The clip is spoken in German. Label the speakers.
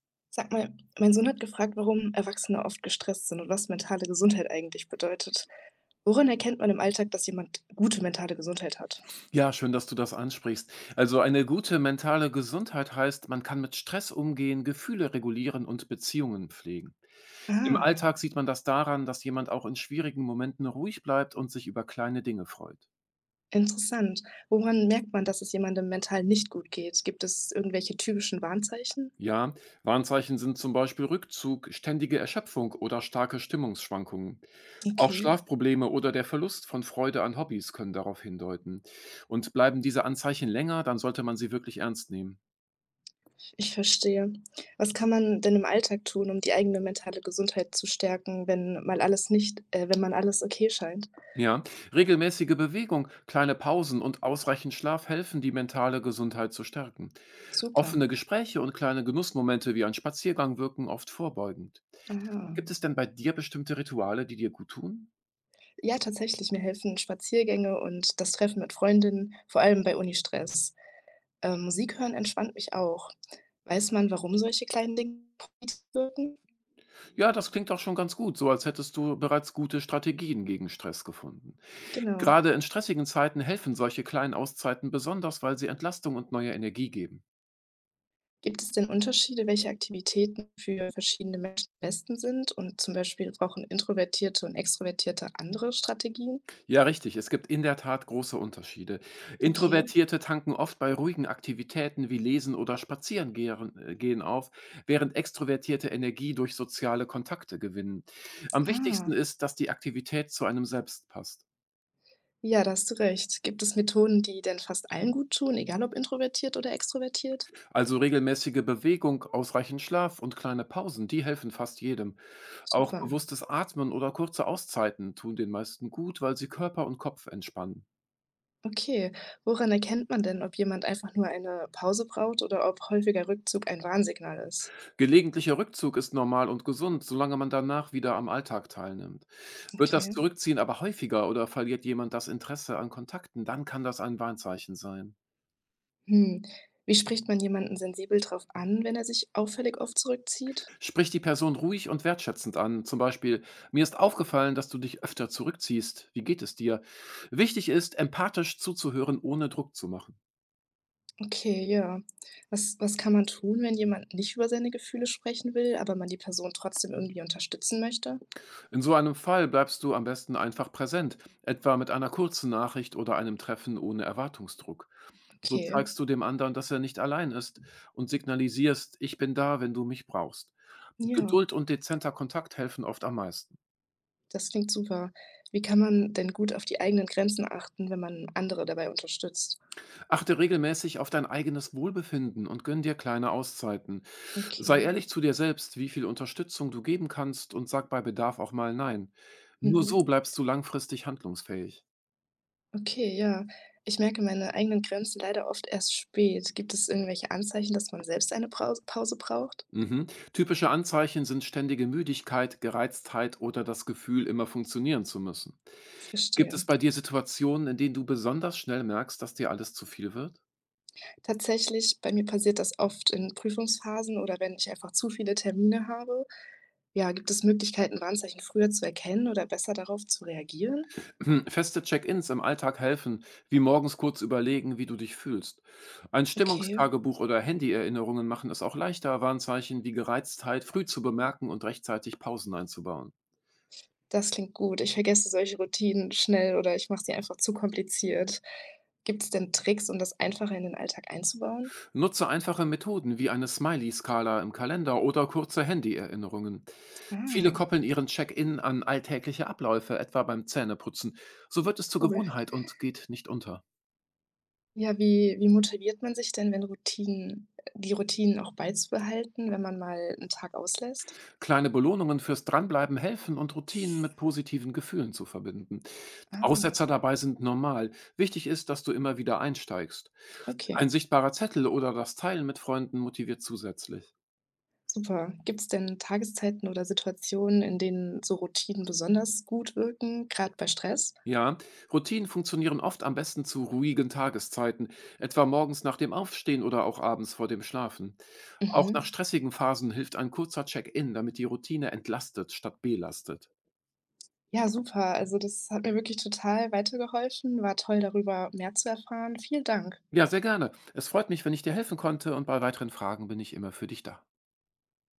Speaker 1: Sag mal, mein Sohn hat gefragt, warum Erwachsene oft gestresst sind und was mentale Gesundheit eigentlich bedeutet. Woran erkennt man im Alltag, dass jemand gute mentale Gesundheit hat?
Speaker 2: Ja, schön, dass du das ansprichst. Also eine gute mentale Gesundheit heißt, man kann mit Stress umgehen, Gefühle regulieren und Beziehungen pflegen. Im
Speaker 1: Ah,
Speaker 2: Alltag sieht man das daran, dass jemand auch in schwierigen Momenten ruhig bleibt und sich über kleine Dinge freut.
Speaker 1: interessant. Woran merkt man, dass es jemandem mental nicht gut geht? Gibt es irgendwelche typischen Warnzeichen?
Speaker 2: Ja, Warnzeichen sind zum Beispiel Rückzug, ständige Erschöpfung oder starke Stimmungsschwankungen. Auch
Speaker 1: Okay,
Speaker 2: Schlafprobleme oder der Verlust von Freude an Hobbys können darauf hindeuten. Und bleiben diese Anzeichen länger, dann sollte man sie wirklich ernst nehmen.
Speaker 1: ich verstehe. Was kann man denn im Alltag tun, um die eigene mentale Gesundheit zu stärken, wenn man alles okay scheint?
Speaker 2: Ja, regelmäßige Bewegung, kleine Pausen und ausreichend Schlaf helfen, die mentale Gesundheit zu stärken.
Speaker 1: Super.
Speaker 2: Offene Gespräche und kleine Genussmomente wie ein Spaziergang wirken oft vorbeugend.
Speaker 1: Aha.
Speaker 2: Gibt es denn bei dir bestimmte Rituale, die dir gut tun?
Speaker 1: Ja, tatsächlich, mir helfen Spaziergänge und das Treffen mit Freundinnen, vor allem bei Unistress. Musik hören entspannt mich auch. Weiß man, warum solche kleinen Dinge positiv wirken?
Speaker 2: Ja, das klingt auch schon ganz gut, so als hättest du bereits gute Strategien gegen Stress gefunden.
Speaker 1: Genau.
Speaker 2: Gerade in stressigen Zeiten helfen solche kleinen Auszeiten besonders, weil sie Entlastung und neue Energie geben.
Speaker 1: Gibt es denn Unterschiede, welche Aktivitäten für verschiedene Menschen am besten sind? Und zum Beispiel brauchen Introvertierte und Extrovertierte andere Strategien?
Speaker 2: Ja, richtig. Es gibt in der Tat große Unterschiede.
Speaker 1: Okay.
Speaker 2: Introvertierte tanken oft bei ruhigen Aktivitäten wie Lesen oder Spazieren gehen auf, während Extrovertierte Energie durch soziale Kontakte gewinnen. Am wichtigsten
Speaker 1: Ah,
Speaker 2: ist, dass die Aktivität zu einem selbst passt.
Speaker 1: ja, da hast du recht. Gibt es Methoden, die denn fast allen gut tun, egal ob introvertiert oder extrovertiert?
Speaker 2: Also regelmäßige Bewegung, ausreichend Schlaf und kleine Pausen, die helfen fast jedem. Auch
Speaker 1: Super.
Speaker 2: bewusstes Atmen oder kurze Auszeiten tun den meisten gut, weil sie Körper und Kopf entspannen.
Speaker 1: Okay, woran erkennt man denn, ob jemand einfach nur eine Pause braucht oder ob häufiger Rückzug ein Warnsignal ist?
Speaker 2: Gelegentlicher Rückzug ist normal und gesund, solange man danach wieder am Alltag teilnimmt. Wird das
Speaker 1: Okay.
Speaker 2: Zurückziehen aber häufiger oder verliert jemand das Interesse an Kontakten, dann kann das ein Warnzeichen sein.
Speaker 1: Hm. Wie spricht man jemanden sensibel drauf an, wenn er sich auffällig oft zurückzieht?
Speaker 2: Sprich die Person ruhig und wertschätzend an, zum Beispiel, mir ist aufgefallen, dass du dich öfter zurückziehst, wie geht es dir? Wichtig ist, empathisch zuzuhören, ohne Druck zu machen.
Speaker 1: Okay, ja. Was kann man tun, wenn jemand nicht über seine Gefühle sprechen will, aber man die Person trotzdem irgendwie unterstützen möchte?
Speaker 2: In so einem Fall bleibst du am besten einfach präsent, etwa mit einer kurzen Nachricht oder einem Treffen ohne Erwartungsdruck. So
Speaker 1: Okay,
Speaker 2: zeigst du dem anderen, dass er nicht allein ist und signalisierst: „Ich bin da, wenn du mich brauchst.“
Speaker 1: ja,
Speaker 2: Geduld und dezenter Kontakt helfen oft am meisten.
Speaker 1: das klingt super. Wie kann man denn gut auf die eigenen Grenzen achten, wenn man andere dabei unterstützt?
Speaker 2: Achte regelmäßig auf dein eigenes Wohlbefinden und gönn dir kleine Auszeiten. Sei
Speaker 1: Okay.
Speaker 2: ehrlich zu dir selbst, wie viel Unterstützung du geben kannst und sag bei Bedarf auch mal „Nein“. Nur so
Speaker 1: Mhm.
Speaker 2: bleibst du langfristig handlungsfähig.
Speaker 1: Okay, ja. Ich merke meine eigenen Grenzen leider oft erst spät. Gibt es irgendwelche Anzeichen, dass man selbst eine Brause Pause braucht?
Speaker 2: Mhm. Typische Anzeichen sind ständige Müdigkeit, Gereiztheit oder das Gefühl, immer funktionieren zu müssen. Gibt es
Speaker 1: Verstehe.
Speaker 2: bei dir Situationen, in denen du besonders schnell merkst, dass dir alles zu viel wird?
Speaker 1: Tatsächlich, bei mir passiert das oft in Prüfungsphasen oder wenn ich einfach zu viele Termine habe. Ja, gibt es Möglichkeiten, Warnzeichen früher zu erkennen oder besser darauf zu reagieren?
Speaker 2: Hm, feste Check-ins im Alltag helfen, wie morgens kurz überlegen, wie du dich fühlst. Ein
Speaker 1: Okay,
Speaker 2: Stimmungstagebuch oder Handy-Erinnerungen machen es auch leichter, Warnzeichen wie Gereiztheit früh zu bemerken und rechtzeitig Pausen einzubauen.
Speaker 1: das klingt gut. Ich vergesse solche Routinen schnell oder ich mache sie einfach zu kompliziert. Gibt es denn Tricks, um das einfacher in den Alltag einzubauen?
Speaker 2: Nutze einfache Methoden wie eine Smiley-Skala im Kalender oder kurze Handy-Erinnerungen. Viele
Speaker 1: Ah,
Speaker 2: koppeln ihren Check-in an alltägliche Abläufe, etwa beim Zähneputzen. So wird es zur
Speaker 1: cool.
Speaker 2: Gewohnheit und geht nicht unter.
Speaker 1: Ja, wie motiviert man sich denn, wenn Routinen die Routinen auch beizubehalten, wenn man mal einen Tag auslässt?
Speaker 2: Kleine Belohnungen fürs Dranbleiben helfen und Routinen mit positiven Gefühlen zu verbinden.
Speaker 1: Ah,
Speaker 2: Aussetzer dabei sind normal. Wichtig ist, dass du immer wieder einsteigst.
Speaker 1: okay,
Speaker 2: Ein sichtbarer Zettel oder das Teilen mit Freunden motiviert zusätzlich.
Speaker 1: super. Gibt es denn Tageszeiten oder Situationen, in denen so Routinen besonders gut wirken, gerade bei Stress?
Speaker 2: Ja, Routinen funktionieren oft am besten zu ruhigen Tageszeiten, etwa morgens nach dem Aufstehen oder auch abends vor dem Schlafen. Auch nach
Speaker 1: Mhm.
Speaker 2: stressigen Phasen hilft ein kurzer Check-in, damit die Routine entlastet statt belastet.
Speaker 1: Ja, super. Also, das hat mir wirklich total weitergeholfen. War toll, darüber mehr zu erfahren. Vielen Dank.
Speaker 2: Ja, sehr gerne. Es freut mich, wenn ich dir helfen konnte und bei weiteren Fragen bin ich immer für dich da.